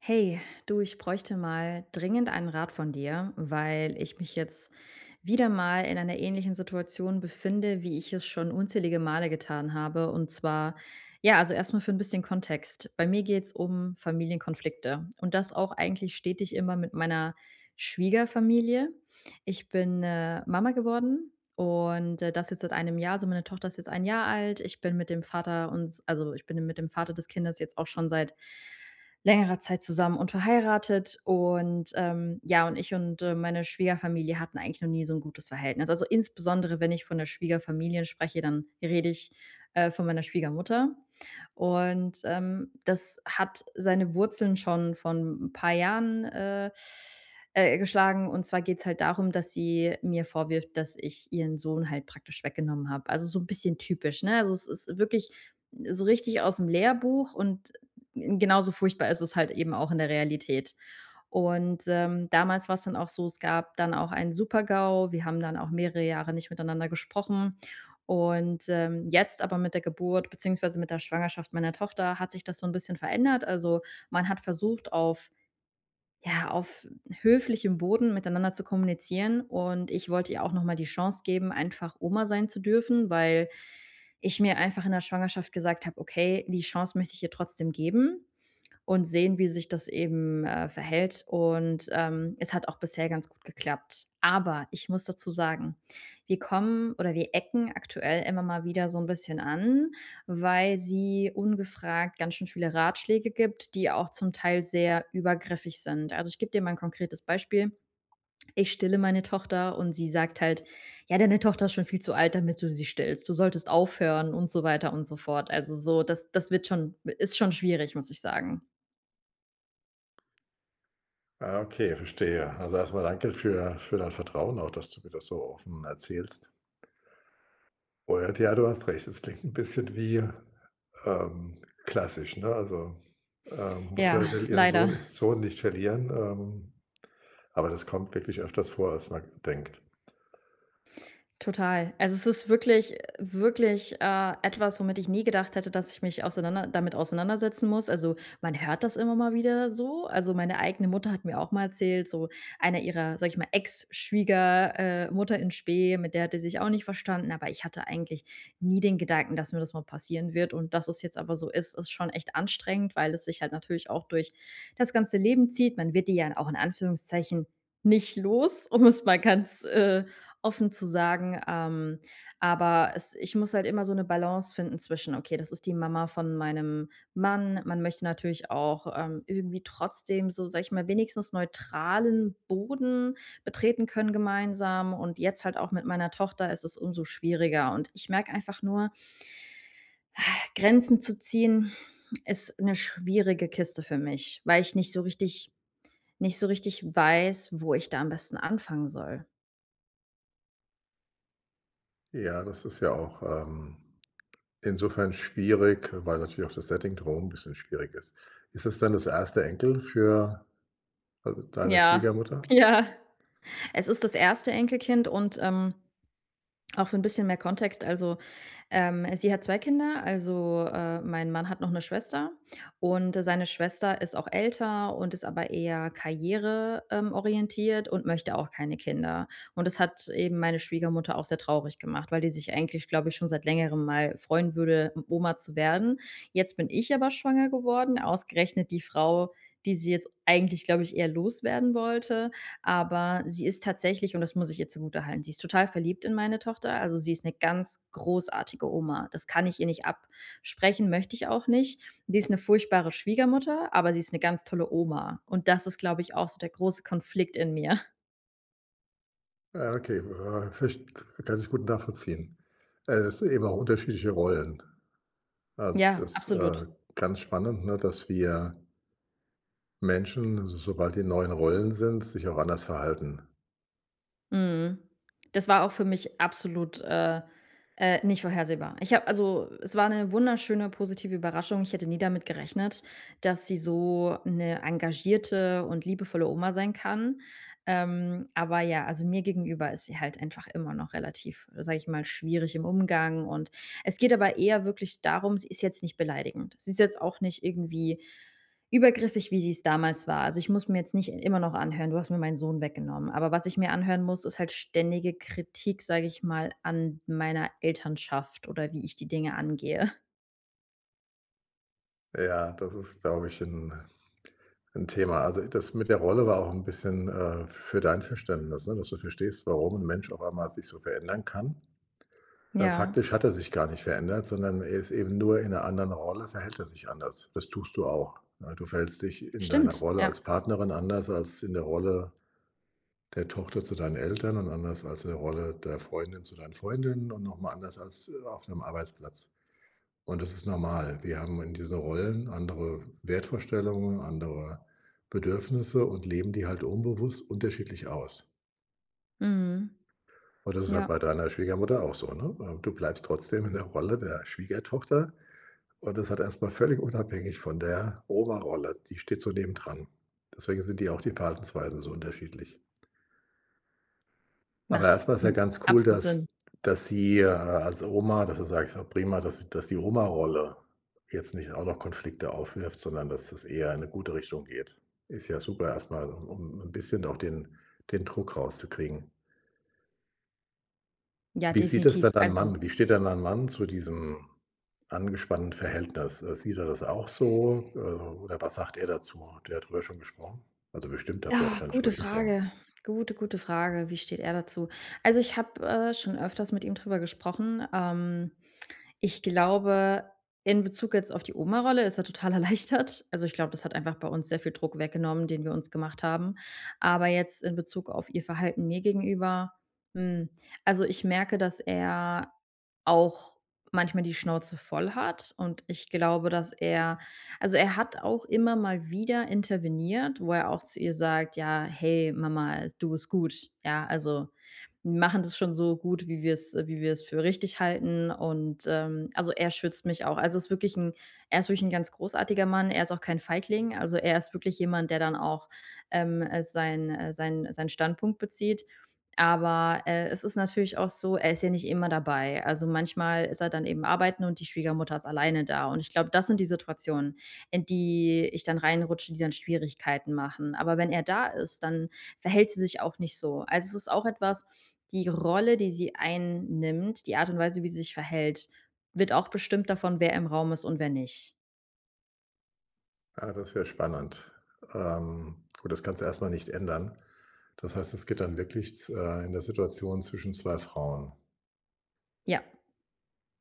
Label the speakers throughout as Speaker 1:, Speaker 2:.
Speaker 1: Hey, du, ich bräuchte mal dringend einen Rat von dir, weil ich mich jetzt wieder mal in einer ähnlichen Situation befinde, wie ich es schon unzählige Male getan habe. Und zwar, ja, also erstmal für ein bisschen Kontext. Bei mir geht es um Familienkonflikte und das auch eigentlich stetig immer mit meiner Schwiegerfamilie. Ich bin Mama geworden. Und das jetzt seit einem Jahr, also meine Tochter ist jetzt ein Jahr alt. Ich bin mit dem also ich bin mit dem Vater des Kindes jetzt auch schon seit längerer Zeit zusammen und verheiratet und, ja, und ich und, meine Schwiegerfamilie hatten eigentlich noch nie so ein gutes Verhältnis. Also, insbesondere, wenn ich von der Schwiegerfamilie spreche, dann rede ich, von meiner Schwiegermutter. Und, das hat seine Wurzeln schon von ein paar Jahren, geschlagen. Und zwar geht's halt darum, dass sie mir vorwirft, dass ich ihren Sohn halt praktisch weggenommen habe. Also, so ein bisschen typisch, ne? Also, es ist wirklich so richtig aus dem Lehrbuch und genauso furchtbar ist es halt eben auch in der Realität. Und, damals war es dann auch so, es gab dann auch einen Super-GAU. Wir haben dann auch mehrere Jahre nicht miteinander gesprochen. Und, jetzt aber mit der Geburt beziehungsweise mit der Schwangerschaft meiner Tochter hat sich das so ein bisschen verändert. Also, man hat versucht, auf höflichem Boden miteinander zu kommunizieren und ich wollte ihr auch noch mal die Chance geben, einfach Oma sein zu dürfen, weil ich mir einfach in der Schwangerschaft gesagt habe: „Okay, die Chance möchte ich ihr trotzdem geben.“ und sehen, wie sich das eben, verhält. Und, es hat auch bisher ganz gut geklappt. Aber ich muss dazu sagen, wir kommen oder wir ecken aktuell immer mal wieder so ein bisschen an, weil sie ungefragt ganz schön viele Ratschläge gibt, die auch zum Teil sehr übergriffig sind. Also, ich gebe dir mal ein konkretes Beispiel. Ich stille meine Tochter und sie sagt halt: „Ja, deine Tochter ist schon viel zu alt, damit du sie stillst. Du solltest aufhören“ und so weiter und so fort. Also, so das wird schon ist schon schwierig, muss ich sagen.
Speaker 2: Ah, okay, verstehe. Also, erstmal danke für dein Vertrauen auch, dass du mir das so offen erzählst. Und ja, du hast recht, es klingt ein bisschen wie, ähm, klassisch, ne? Also, Mutter
Speaker 1: Ja,
Speaker 2: will ihren Sohn
Speaker 1: leider.
Speaker 2: Sohn nicht verlieren, aber das kommt wirklich öfters vor, als man denkt.
Speaker 1: Total. Also, es ist wirklich wirklich, etwas, womit ich nie gedacht hätte, dass ich mich auseinander damit auseinandersetzen muss. Also, man hört das immer mal wieder so. Also, meine eigene Mutter hat mir auch mal erzählt, so einer ihrer, sage ich mal, ex schwiegermutter Mutter in Spe, mit der hatte die sich auch nicht verstanden, aber ich hatte eigentlich nie den Gedanken, dass mir das mal passieren wird und dass es jetzt aber so ist schon echt anstrengend, weil es sich halt natürlich auch durch das ganze Leben zieht. Man wird die ja auch in Anführungszeichen nicht los, um es mal ganz, offen zu sagen, aber es ich muss halt immer so eine Balance finden zwischen: „Okay, das ist die Mama von meinem Mann.“ Man möchte natürlich auch, irgendwie trotzdem so, sag ich mal, wenigstens neutralen Boden betreten können gemeinsam und jetzt halt auch mit meiner Tochter ist es umso schwieriger und ich merke einfach nur, Grenzen zu ziehen ist eine schwierige Kiste für mich, weil ich nicht so richtig weiß, wo ich da am besten anfangen soll.
Speaker 2: Ja, das ist ja auch, insofern schwierig, weil natürlich auch das Setting drumherum ein bisschen schwierig ist. Ist das dann das erste Enkel für also, deine
Speaker 1: Ja,
Speaker 2: Schwiegermutter?
Speaker 1: ja. Es ist das erste Enkelkind und, auch für ein bisschen mehr Kontext, also, sie hat 2 Kinder, also, mein Mann hat noch eine Schwester und seine Schwester ist auch älter und ist aber eher karriere, orientiert und möchte auch keine Kinder. Und das hat eben meine Schwiegermutter auch sehr traurig gemacht, weil die sich eigentlich, glaube ich, schon seit Längerem mal freuen würde, Oma zu werden. Jetzt bin ich aber schwanger geworden, ausgerechnet die Frau, die sie jetzt eigentlich, glaube ich, eher loswerden wollte. Aber sie ist tatsächlich und das muss ich ihr zugutehalten, sie ist total verliebt in meine Tochter. Also, sie ist eine ganz großartige Oma. Das kann ich ihr nicht absprechen, möchte ich auch nicht. Sie ist eine furchtbare Schwiegermutter, aber sie ist eine ganz tolle Oma. Und das ist, glaube ich, auch so der große Konflikt in mir.
Speaker 2: Ja, okay, verst kann ich gut nachvollziehen. Das sind eben auch unterschiedliche Rollen. Also,
Speaker 1: Ja,
Speaker 2: das,
Speaker 1: absolut.
Speaker 2: ganz spannend, ne, dass wir Menschen, so sobald die neuen Rollen sind, sich auch anders verhalten.
Speaker 1: Mhm. Das war auch für mich absolut, nicht vorhersehbar. Ich habe Also, es war eine wunderschöne positive Überraschung. Ich hätte nie damit gerechnet, dass sie so eine engagierte und liebevolle Oma sein kann. Aber ja, also, mir gegenüber ist sie halt einfach immer noch relativ, sage ich mal, schwierig im Umgang und es geht aber eher wirklich darum sie ist jetzt nicht beleidigend. Sie ist jetzt auch nicht irgendwie übergriffig, wie sie es damals war. Also, ich muss mir jetzt nicht immer noch anhören: „Du hast mir meinen Sohn weggenommen.“ Aber was ich mir anhören muss, ist halt ständige Kritik, sage ich mal, an meiner Elternschaft oder wie ich die Dinge angehe.
Speaker 2: Ja, das ist, glaube ich, ein 'n Thema. Also, das mit der Rolle war auch ein bisschen, für dein Verständnis, ne, dass du verstehst, warum ein Mensch auf einmal sich so verändern kann.
Speaker 1: Ja,
Speaker 2: Faktisch hat er sich gar nicht verändert, sondern er ist eben nur in einer anderen Rolle verhält er sich anders. Das tust du auch, ne? Du verhältst dich in deiner
Speaker 1: stimmt,
Speaker 2: Rolle
Speaker 1: ja.
Speaker 2: als Partnerin anders als in der Rolle der Tochter zu deinen Eltern und anders als in der Rolle der Freundin zu deinen Freundinnen und noch mal anders als, auf 'nem Arbeitsplatz. Und das ist normal. Wir haben in diesen Rollen andere Wertvorstellungen, andere Bedürfnisse und leben die halt unbewusst unterschiedlich aus.
Speaker 1: Mhm.
Speaker 2: Und das ist halt
Speaker 1: Ja,
Speaker 2: bei deiner Schwiegermutter auch so, ne? Du bleibst trotzdem in der Rolle der Schwiegertochter. Und das hat erstmal völlig unabhängig von der Oma-Rolle, die steht so nebendran. Deswegen sind die auch die Verhaltensweisen so unterschiedlich. Aber
Speaker 1: macht,
Speaker 2: erstmal ist ja
Speaker 1: hm,
Speaker 2: ganz cool,
Speaker 1: absolut
Speaker 2: dass
Speaker 1: Sinn.
Speaker 2: dass sie, als Oma dass du sagst: „Ah, prima, dass die Oma-Rolle jetzt nicht auch noch Konflikte aufwirft, sondern dass es eher in eine gute Richtung geht.“ Ist ja super erstmal, um ein bisschen auch den Druck rauszukriegen.
Speaker 1: Ja,
Speaker 2: Wie sieht es
Speaker 1: definitiv.
Speaker 2: denn dein
Speaker 1: Also
Speaker 2: Mann? Wie steht denn ein Mann zu diesem angespannten Verhältnis? Sieht er das auch so? Oder was sagt er dazu? Habt ihr darüber schon gesprochen? Also bestimmt habt ihr
Speaker 1: ah,
Speaker 2: wahrscheinlich
Speaker 1: gute
Speaker 2: darüber gesprochen.
Speaker 1: Frage. Gute, gute Frage. Wie steht er dazu? Also, ich habe, schon öfters mit ihm drüber gesprochen. Ich glaube, in Bezug jetzt auf die Oma-Rolle ist er total erleichtert. Also, ich glaube, das hat einfach bei uns sehr viel Druck weggenommen, den wir uns gemacht haben. Aber jetzt in Bezug auf ihr Verhalten mir gegenüber, hm, also, ich merke, dass er auch manchmal die Schnauze voll hat und ich glaube, dass er also, er hat auch immer mal wieder interveniert, wo er auch zu ihr sagt: „Ja, hey, Mama, es du bist gut.“ Ja, also machen das schon so gut, wie wir es für richtig halten und, also, er schützt mich auch. Also, ist wirklich ein er ist wirklich ein ganz großartiger Mann. Er ist auch kein Feigling. Also, er ist wirklich jemand, der dann auch, seinen Standpunkt bezieht. Aber, es ist natürlich auch so, er ist ja nicht immer dabei. Also, manchmal ist er dann eben arbeiten und die Schwiegermutter ist alleine da. Und ich glaube, das sind die Situationen, in die ich dann reinrutsche, die dann Schwierigkeiten machen. Aber wenn er da ist, dann verhält sie sich auch nicht so. Also, es ist auch etwas die Rolle, die sie einnimmt, die Art und Weise, wie sie sich verhält, wird auch bestimmt davon, wer im Raum ist und wer nicht.
Speaker 2: Ja, das ist ja spannend. Gut, das kannst du erstmal nicht ändern. Das heißt, es geht dann wirklich in der Situation zwischen zwei Frauen.
Speaker 1: Ja,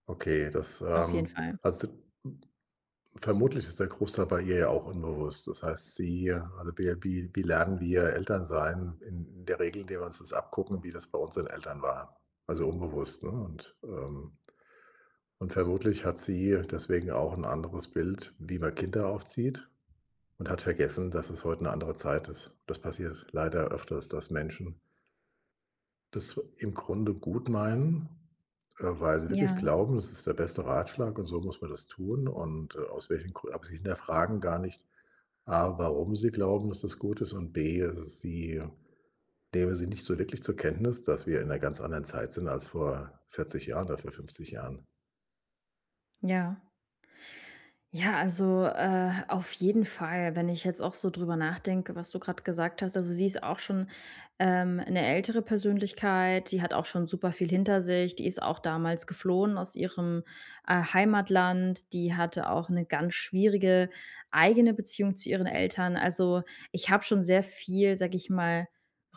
Speaker 2: Okay, das,
Speaker 1: auf jeden Fall.
Speaker 2: also vermutlich ist der Großteil bei ihr ja auch unbewusst. Das heißt, sie also wir wie lernen wir Eltern sein, in der Regel, indem wir uns das abgucken, wie das bei unseren Eltern war. Also unbewusst, ne? Und vermutlich hat sie deswegen auch ein anderes Bild, wie man Kinder aufzieht und hat vergessen, dass es heute eine andere Zeit ist. Das passiert leider öfters, dass Menschen das im Grunde gut meinen, weil sie
Speaker 1: Ja,
Speaker 2: wirklich glauben, das ist der beste Ratschlag und so muss man das tun und, aus welchen Gründen aber sie hinterfragen gar nicht A, warum sie glauben, dass das gut ist und B, sie nehmen sie nicht so wirklich zur Kenntnis, dass wir in einer ganz anderen Zeit sind als vor 40 Jahren oder vor 50 Jahren.
Speaker 1: ja. Ja, also, auf jeden Fall, wenn ich jetzt auch so drüber nachdenke, was du gerade gesagt hast. Also, sie ist auch schon, 'ne ältere Persönlichkeit, die hat auch schon super viel hinter sich. Die ist auch damals geflohen aus ihrem, Heimatland. Die hatte auch eine ganz schwierige eigene Beziehung zu ihren Eltern. Also, ich habe schon sehr viel, sage ich mal,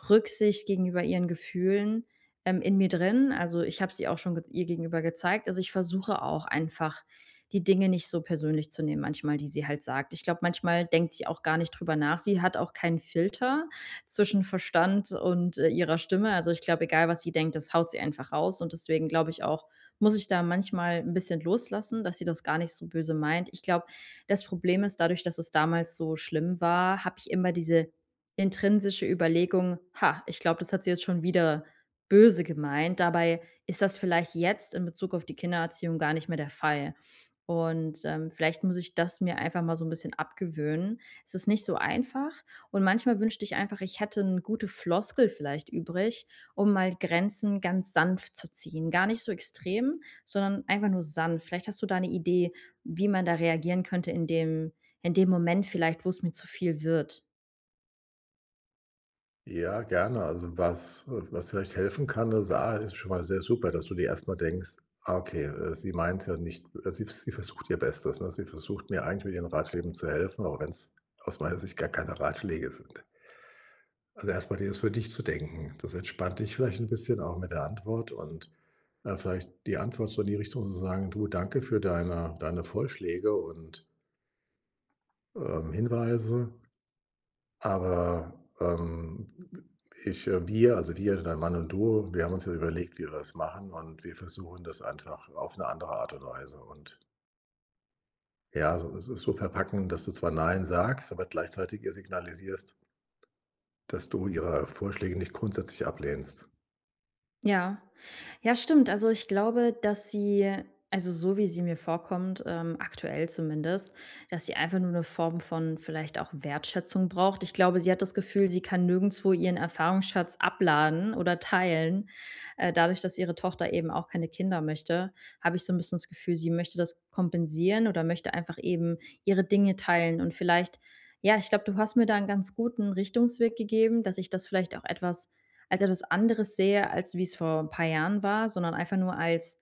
Speaker 1: Rücksicht gegenüber ihren Gefühlen, in mir drin. Also, ich habe sie auch schon ge ihr gegenüber gezeigt. Also, ich versuche auch einfach, die Dinge nicht so persönlich zu nehmen manchmal, die sie halt sagt. Ich glaube, manchmal denkt sie auch gar nicht drüber nach. Sie hat auch keinen Filter zwischen Verstand und, ihrer Stimme. Also, ich glaube, egal, was sie denkt, das haut sie einfach raus und deswegen glaube ich auch, muss ich da manchmal ein bisschen loslassen, dass sie das gar nicht so böse meint. Ich glaube, das Problem ist, dadurch, dass es damals so schlimm war, habe ich immer diese intrinsische Überlegung: „Ha, ich glaube, das hat sie jetzt schon wieder böse gemeint.“ Dabei ist das vielleicht jetzt in Bezug auf die Kindererziehung gar nicht mehr der Fall. Und, vielleicht muss ich das mir einfach mal so ein bisschen abgewöhnen. Es ist nicht so einfach und manchmal wünschte ich einfach, ich hätte 'ne gute Floskel vielleicht übrig, um mal Grenzen ganz sanft zu ziehen. Gar nicht so extrem, sondern einfach nur sanft. Vielleicht hast du da eine Idee, wie man da reagieren könnte in dem Moment vielleicht, wo es mir zu viel wird.
Speaker 2: Ja, gerne. Also, was was vielleicht helfen kann, ist A, ist schon mal sehr super, dass du dir erst mal denkst: „Ah, okay, sie meint's ja nicht sie versucht ihr Bestes, ne? Sie versucht mir eigentlich mit ihren Ratschlägen zu helfen, auch wenn es aus meiner Sicht gar keine Ratschläge sind.“ Also, erstmal, mal dir ist für dich zu denken. Das entspannt dich vielleicht ein bisschen auch mit der Antwort und, vielleicht die Antwort so in die Richtung zu sagen: „Du, danke für deine Vorschläge und, Hinweise, aber, ähm, ich, wir, also wir, dein Mann und du, wir haben uns ja überlegt, wie wir das machen und wir versuchen das einfach auf eine andere Art und Weise.“ Und ja, so es ist so verpacken, dass du zwar „Nein“ sagst, aber gleichzeitig ihr signalisierst, dass du ihre Vorschläge nicht grundsätzlich ablehnst.
Speaker 1: Ja. Ja, stimmt. Also, ich glaube, dass sie also, so wie sie mir vorkommt, aktuell zumindest, dass sie einfach nur eine Form von vielleicht auch Wertschätzung braucht. Ich glaube, sie hat das Gefühl, sie kann nirgendwo ihren Erfahrungsschatz abladen oder teilen. Dadurch, dass ihre Tochter eben auch keine Kinder möchte, habe ich so ein bisschen das Gefühl, sie möchte das kompensieren oder möchte einfach eben ihre Dinge teilen und vielleicht ja, ich glaube, du hast mir da einen ganz guten Richtungsweg gegeben, dass ich das vielleicht auch etwas als etwas anderes sehe, als wie es vor ein paar Jahren war, sondern einfach nur als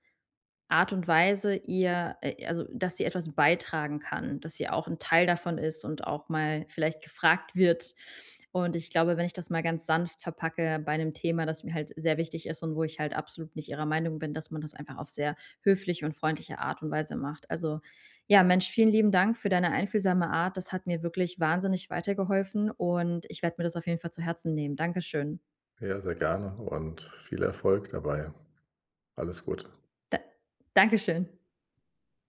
Speaker 1: Art und Weise, ihr also, dass sie etwas beitragen kann, dass sie auch ein Teil davon ist und auch mal vielleicht gefragt wird. Und ich glaube, wenn ich das mal ganz sanft verpacke bei einem Thema, das mir halt sehr wichtig ist und wo ich halt absolut nicht ihrer Meinung bin, dass man das einfach auf sehr höfliche und freundliche Art und Weise macht. Also, ja, Mensch, vielen lieben Dank für deine einfühlsame Art. Das hat mir wirklich wahnsinnig weitergeholfen und ich werde mir das auf jeden Fall zu Herzen nehmen. Dankeschön.
Speaker 2: Ja, sehr gerne und viel Erfolg dabei. Alles Gute.
Speaker 1: Da Dankeschön.